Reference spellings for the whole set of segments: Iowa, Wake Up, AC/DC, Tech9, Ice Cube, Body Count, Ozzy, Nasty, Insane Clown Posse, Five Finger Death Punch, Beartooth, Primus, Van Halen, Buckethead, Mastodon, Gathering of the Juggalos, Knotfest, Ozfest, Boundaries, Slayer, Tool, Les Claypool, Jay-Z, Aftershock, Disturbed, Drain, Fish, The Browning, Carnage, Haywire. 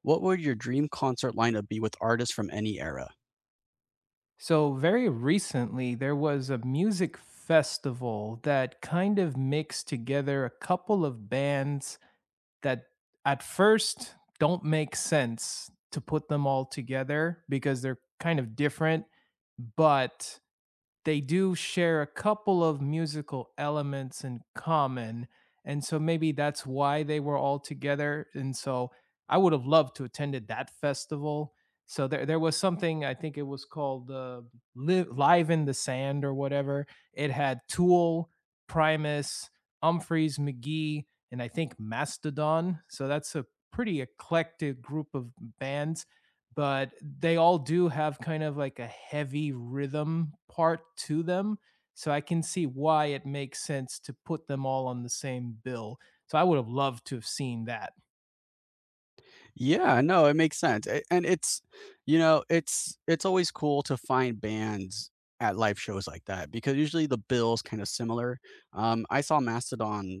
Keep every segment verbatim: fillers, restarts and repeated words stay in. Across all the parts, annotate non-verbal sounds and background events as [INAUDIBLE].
What would your dream concert lineup be with artists from any era? So, very recently, there was a music festival that kind of mixed together a couple of bands that at first don't make sense to put them all together because they're kind of different, but they do share a couple of musical elements in common. And so maybe that's why they were all together. And so I would have loved to attended that festival. So there, there was something, I think it was called uh, Live, Live in the Sand or whatever. It had Tool, Primus, Humphreys, McGee, and I think Mastodon. So that's a pretty eclectic group of bands but they all do have kind of like a heavy rhythm part to them. So I can see why it makes sense to put them all on the same bill. So I would have loved to have seen that. Yeah, no, it makes sense. A- And it's, you know, it's it's always cool to find bands at live shows like that because usually the bill's kind of similar. Um, I saw Mastodon.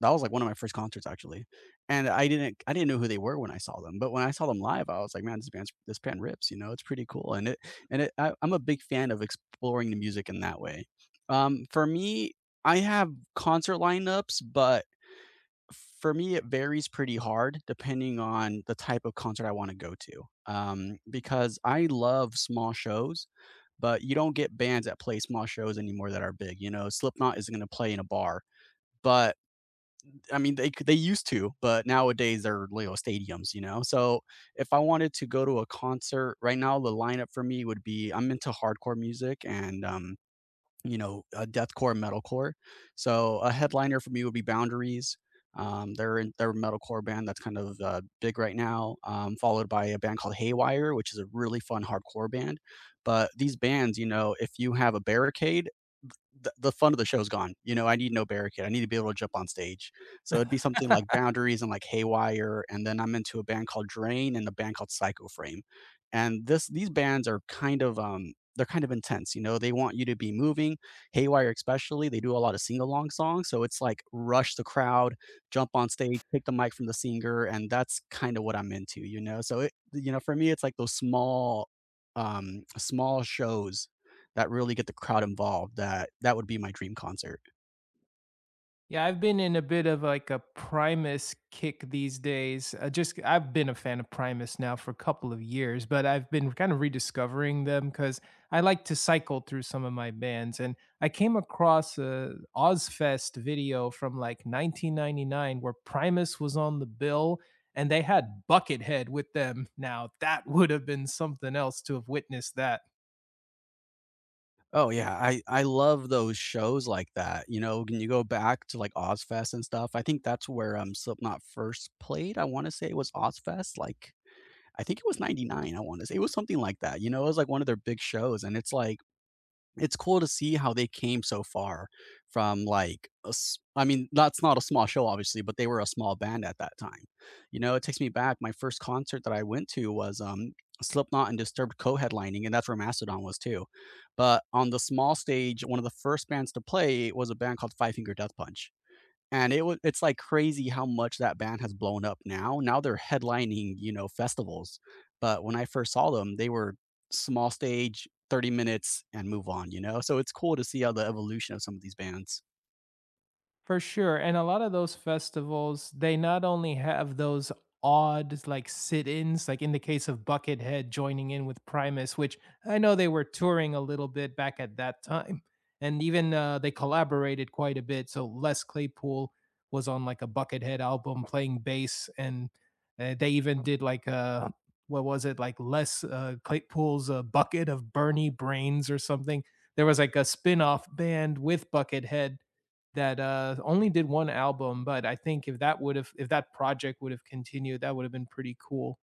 That was like one of my first concerts actually, and I didn't I didn't know who they were when I saw them, but when I saw them live, I was like, man, this band's this band rips. You know, it's pretty cool, and it and it, I, I'm a big fan of exploring the music in that way. Um, for me, I have concert lineups, but for me, it varies pretty hard depending on the type of concert I wanna go to, um, because I love small shows, but you don't get bands that play small shows anymore that are big. You know, Slipknot isn't gonna play in a bar, but, I mean, they c they used to, but nowadays they're little stadiums, you know? So, if I wanted to go to a concert right now, the lineup for me would be I'm into hardcore music and, um you know, uh, deathcore, metalcore. So a headliner for me would be Boundaries. Um, they're in, they're a metalcore band that's kind of uh, big right now, um, followed by a band called Haywire, which is a really fun hardcore band. But these bands, you know, if you have a barricade, the, the fun of the show's gone. You know, I need no barricade. I need to be able to jump on stage. So it'd be something like Boundaries and like Haywire, and then I'm into a band called Drain and a band called Psycho Frame, and this these bands are kind of um they're kind of intense. You know, they want you to be moving. Haywire especially, they do a lot of sing along songs, so it's like rush the crowd, jump on stage, take the mic from the singer, and that's kind of what I'm into. You know, so it you know for me it's like those small um small shows that really get the crowd involved. That that would be my dream concert. Yeah, I've been in a bit of like a Primus kick these days. Uh, just I've been a fan of Primus now for a couple of years, but I've been kind of rediscovering them because I like to cycle through some of my bands. And I came across a Ozfest video from like nineteen ninety-nine where Primus was on the bill and they had Buckethead with them. Now that [LAUGHS] would have been something else to have witnessed that. Oh yeah, I I love those shows like that. You know, when you go back to like Ozfest and stuff, I think that's where um Slipknot first played. I want to say it was Ozfest, like I think it was ninety-nine, I want to say. It was something like that. You know, it was like one of their big shows and it's like it's cool to see how they came so far from like a s- I mean that's not a small show obviously but they were a small band at that time. You know, it takes me back. My first concert that I went to was um Slipknot and Disturbed co-headlining, and that's where Mastodon was too, but on the small stage one of the first bands to play was a band called Five Finger Death Punch, and it was it's, like, crazy how much that band has blown up now. Now they're headlining, you know, festivals, but when I first saw them, they were small stage, thirty minutes, and move on, you know? So it's cool to see how the evolution of some of these bands. For sure. And a lot of those festivals, they not only have those odd like sit-ins, like in the case of Buckethead joining in with Primus, which I know they were touring a little bit back at that time. And even uh, they collaborated quite a bit. So Les Claypool was on like a Buckethead album playing bass and uh, they even did like uh what was it like Les uh, Claypool's uh, bucket of Bernie brains or something. There was like a spin-off band with Buckethead that uh only did one album, but I think if that would have if that project would have continued, that would have been pretty cool.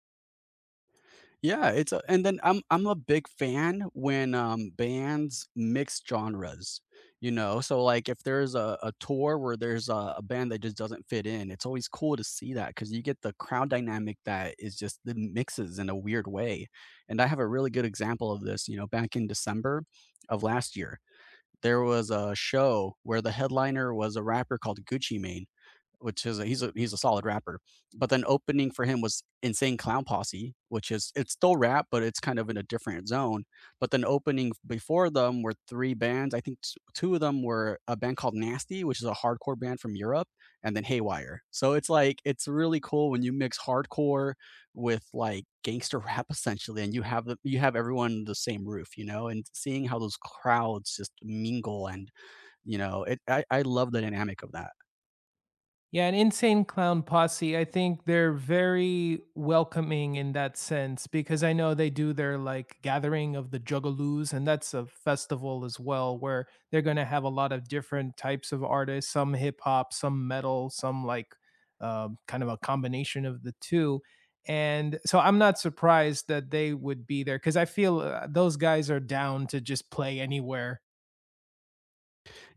Yeah, it's a and then I'm I'm a big fan when, um, bands mix genres, you know? So, like, if there's a a tour where there's a a band that just doesn't fit in, it's always cool to see that because you get the crowd dynamic that is just the mixes in a weird way, and I have a really good example of this. You know, back in December of last year there was a show where the headliner was a rapper called Gucci Mane, which is a, he's a he's a solid rapper. But then opening for him was Insane Clown Posse, which is it's still rap, but it's kind of in a different zone. But then opening before them were three bands. I think t- two of them were a band called Nasty, which is a hardcore band from Europe, and then Haywire. So it's like it's really cool when you mix hardcore with like gangster [LAUGHS] rap essentially, and you have the you have everyone under the same roof, you know, and seeing how those crowds just mingle. And you know it i, I love the dynamic of that. Yeah, an Insane Clown Posse, I think they're very welcoming in that sense because I know they do their like gathering of the Juggalos, and that's a festival as well where they're going to have a lot of different types of artists, some hip hop, some metal, some like um, kind of a combination of the two. And so I'm not surprised that they would be there because I feel uh, those guys are down to just play anywhere.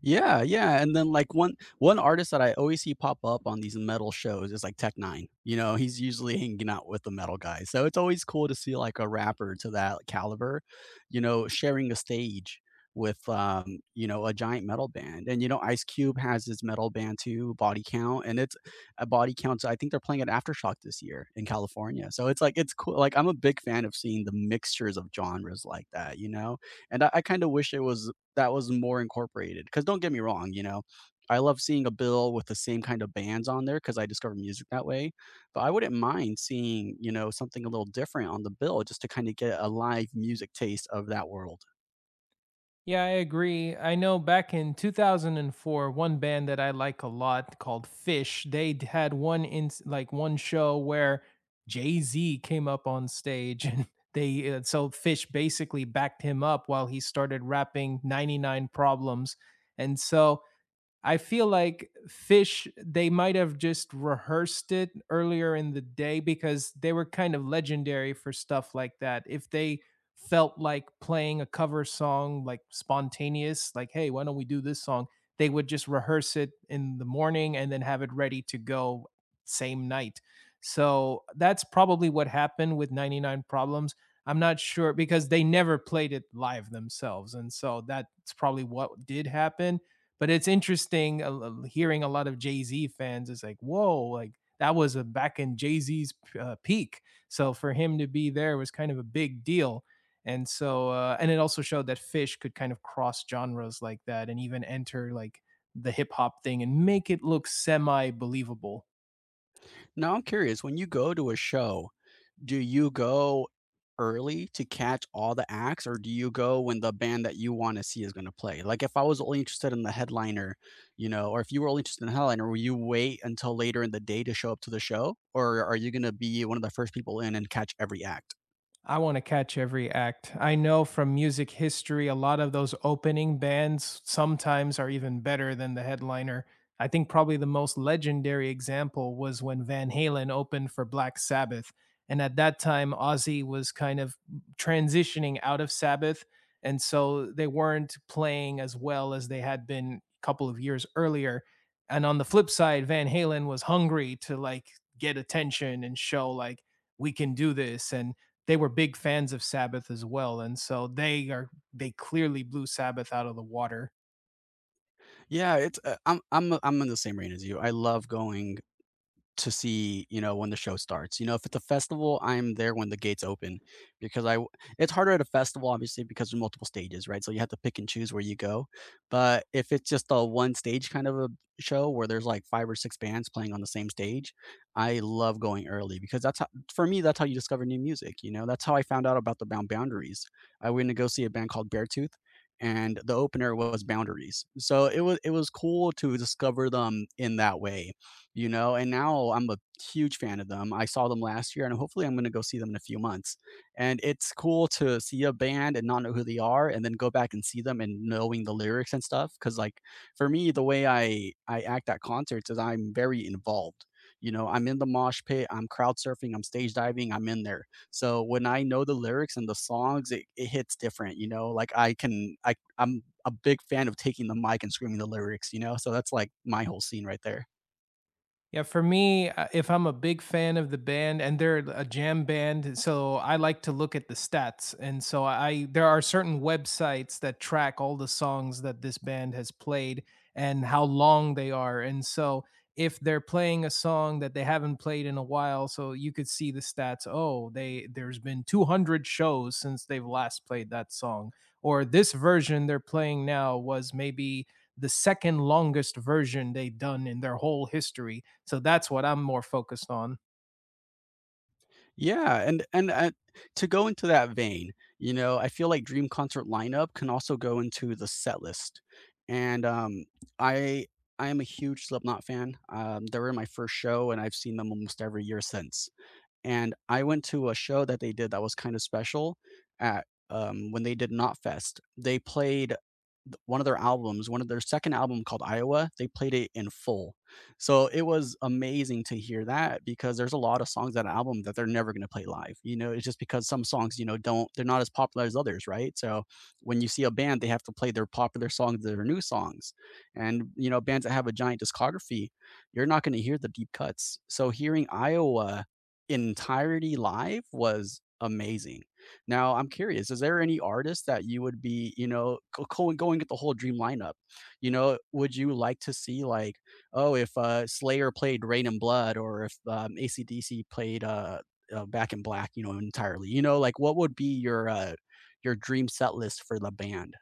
Yeah, yeah, and then, like, one one artist that I always see pop up on these metal shows is, like, tech nine, you know, he's usually hanging out with the metal guys, so it's always cool to see, like, a rapper to that caliber, you know, sharing a stage with, um, you know, a giant metal band. And, you know, Ice Cube has his metal band too, Body Count, and it's a Body Count. I think they're playing at Aftershock this year in California, so it's, like it's cool, like, I'm a big fan of seeing the mixtures of genres like that, you know, and I I kinda wish it was that was more incorporated. Because don't get me wrong, you know, I love seeing a bill with the same kind of bands on there because I discover music that way. But I wouldn't mind seeing, you know, something a little different on the bill just to kind of get a live music taste of that world. Yeah, I agree. I know back in two thousand four, one band that I like a lot called Fish, they d- had one in like one show where Jay-Z came up on stage and [LAUGHS] they uh, so Fish basically backed him up while he started rapping ninety-nine Problems. And so I feel like Fish, they might have just rehearsed it earlier in the day because they were kind of legendary for stuff like that. If they felt like playing a cover song, like spontaneous, like, hey, why don't we do this song? They would just rehearse it in the morning and then have it ready to go same night. So that's probably what happened with ninety-nine Problems. I'm not sure because they never played it live themselves. And so that's probably what did happen but it's interesting uh, hearing a lot of Jay Z fans. It's like, whoa, like that was a back in Jay Z's uh, peak. So for him to be there was kind of a big deal. And so, uh, and it also showed that Fish could kind of cross genres like that and even enter like the hip hop thing and make it look semi believable. Now I'm curious, when you go to a show, do you go early to catch all the acts or do you go when the band that you want to see is going to play? Like if I was only interested in the headliner, you know, or if you were only interested in the headliner, will you wait until later in the day to show up to the show, or are you going to be one of the first people in and catch every act? I want to catch every act. I know from music history, a lot of those opening bands sometimes are even better than the headliner. I think probably the most legendary example was when Van Halen opened for Black Sabbath. And at that time, Ozzy was kind of transitioning out of Sabbath. And so they weren't playing as well as they had been a couple of years earlier. And on the flip side, Van Halen was hungry to like get attention and show like, we can do this. And they were big fans of Sabbath as well, and so they are they clearly blew Sabbath out of the water. Yeah it's uh, i'm i'm i'm in the same range as you. I love going to see, you know, when the show starts. You know, if it's a festival, I'm there when the gates open because I w- it's harder at a festival obviously because there's multiple stages, right? So you have to pick and choose where you go. But if it's just a one stage kind of a show where there's like five or six bands playing on the same stage, I love going early because that's how, for me that's how you discover new music, you know. That's how I found out about the Bound Boundaries. I went to go see a band called Beartooth and the opener was Boundaries. So it was it was cool to discover them in that way, you know? And now I'm a huge fan of them. I saw them last year and hopefully I'm going to go see them in a few months. And it's cool to see a band and not know who they are and then go back and see them and knowing the lyrics and stuff, cuz like for me the way I I act at concerts is I'm very involved. You know, I'm in the mosh pit, I'm crowd surfing, I'm stage diving, I'm in there. So when I know the lyrics and the songs, it, it hits different, you know? Like I can I I'm a big fan of taking the mic and screaming the lyrics, you know? So that's like my whole scene right there. Yeah, for me, uh, if I'm a big fan of the band and they're a jam band, so I like to look at the stats. And so I there are certain websites that track all the songs that this band has played and how long they are. And so if they're playing a song that they haven't played in a while, so you could see the stats, oh, they there's been two hundred shows since they've last played that song or this version they're playing now was maybe the second longest version they have done in their whole history. So that's what I'm more focused on. Yeah, and and, uh, to go into that vein, you know, I feel like dream concert lineup can also go into the set list, and, um, I I am a huge Slipknot fan. um, they were my first show, and I've seen them almost every year since, and I went to a show that they did that was kinda special at, um, when they did Knotfest. They played one of their albums, one of their second album called Iowa. They played it in full. So it was amazing to hear that because there's a lot of songs on that album that they're never going to play live. You know, it's just because some songs, you know, don't, they're not as popular as others, right? So when you see a band, they have to play their popular songs, their new songs. And, you know, bands that have a giant discography, you're not going to hear the deep cuts. So hearing Iowa in entirety live was amazing. Now, I'm curious, is there any artist that you would be, you know, go go going at the whole dream lineup? You know, would you like to see like, oh, if, uh, Slayer played Rain and Blood, or if, um, A C/D C played, uh, uh, Back in Black, you know, entirely? You know, like, what would be your, uh, your dream set list for the band?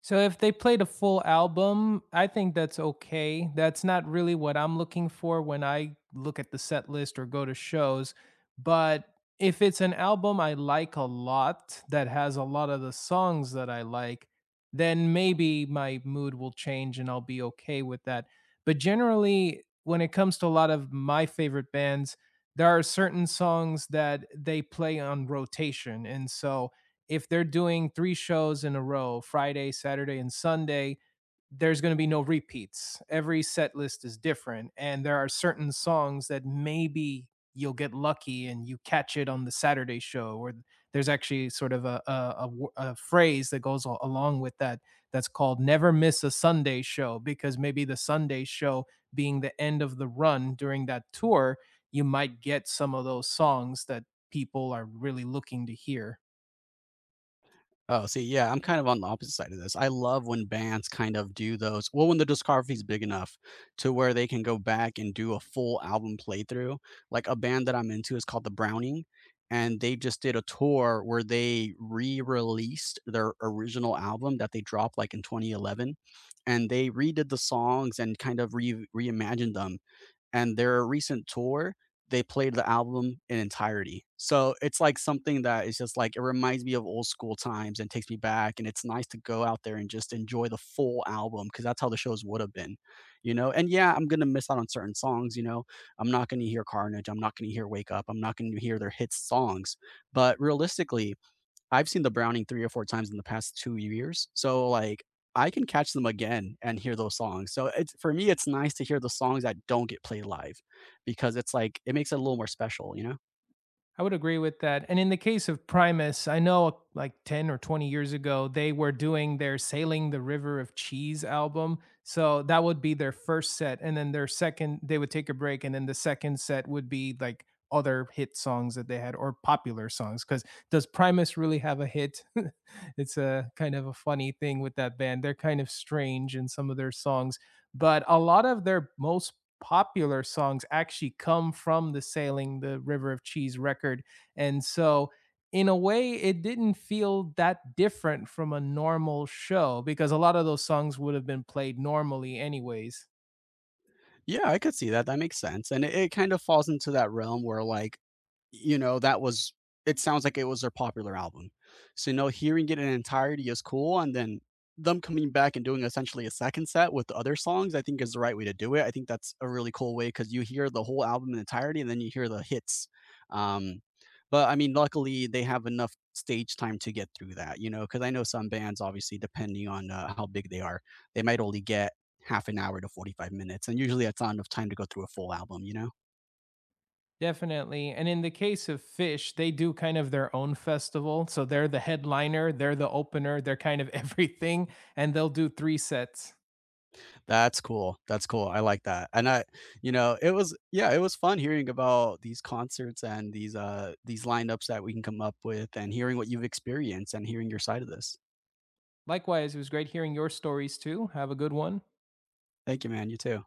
So if they played a full album, I think that's okay. That's not really what I'm looking for when I look at the set list or go to shows. But if it's an album I like a lot that has a lot of the songs that I like, then maybe my mood will change and I'll be okay with that. But generally, when it comes to a lot of my favorite bands, there are certain songs that they play on rotation. And so if they're doing three shows in a row, Friday, Saturday, and Sunday, there's going to be no repeats. Every set list is different. And there are certain songs that maybe you'll get lucky and you catch it on the Saturday show. Or there's actually sort of a a a, a phrase that goes along with that that's called never miss a Sunday show, because maybe the Sunday show being the end of the run during that tour, you might get some of those songs that people are really looking to hear. Oh, see, yeah, I'm kind of on the opposite side of this. I love when bands kind of do those. Well, when the discography is big enough to where they can go back and do a full album playthrough. Like a band that I'm into is called The Browning, and they just did a tour where they re-released their original album that they dropped like in twenty eleven, and they redid the songs and kind of re reimagined them. And their recent tour, they played the album in entirety. So it's like something that is just like it reminds me of old school times and takes me back. And it's nice to go out there and just enjoy the full album because that's how the shows would have been, you know. And yeah, I'm gonna miss out on certain songs, you know. I'm not gonna hear Carnage. I'm not gonna hear Wake Up. I'm not gonna hear their hit songs. But realistically, I've seen the Browning three or four times in the past two years. So, like, I can catch them again and hear those songs. So, it's for me, it's nice to hear the songs that don't get played live because it's like it makes it a little more special, you know? I would agree with that. And in the case of Primus, I know uh, like ten or twenty years ago, they were doing their Sailing the River of Cheese album. So that would be their first set. And then their second, they would take a break. And then the second set would be like other hit songs that they had or popular songs. Because does Primus really have a hit? [LAUGHS] It's a kind of a funny thing with that band. They're kind of strange in some of their songs, but a lot of their most popular songs actually come from the Sailing the River of Cheese record. And so in a way, it didn't feel that different from a normal show because a lot of those songs would have been played normally, anyways. Yeah, I could see that. That makes sense. And it, it kind of falls into that realm where, like, you know, that was, it sounds like it was their popular album. So, you know, hearing it in entirety is cool. And then them coming back and doing essentially a second set with the other songs, I think is the right way to do it. I think that's a really cool way because you hear the whole album in entirety and then you hear the hits. Um, but I mean, luckily they have enough stage time to get through that, you know, because I know some bands, obviously, depending on uh, how big they are, they might only get half an hour to forty-five minutes. And usually that's not enough time to go through a full album, you know? Definitely. And in the case of Fish, they do kind of their own festival. So they're the headliner, they're the opener, they're kind of [LAUGHS] everything. And they'll do three sets. That's cool. That's cool. I like that. And I, you know, it was yeah, it was fun hearing about these concerts and these uh these lineups that we can come up with and hearing what you've experienced and hearing your side of this. Likewise, it was great hearing your stories too. Have a good one. Thank you, man. You too.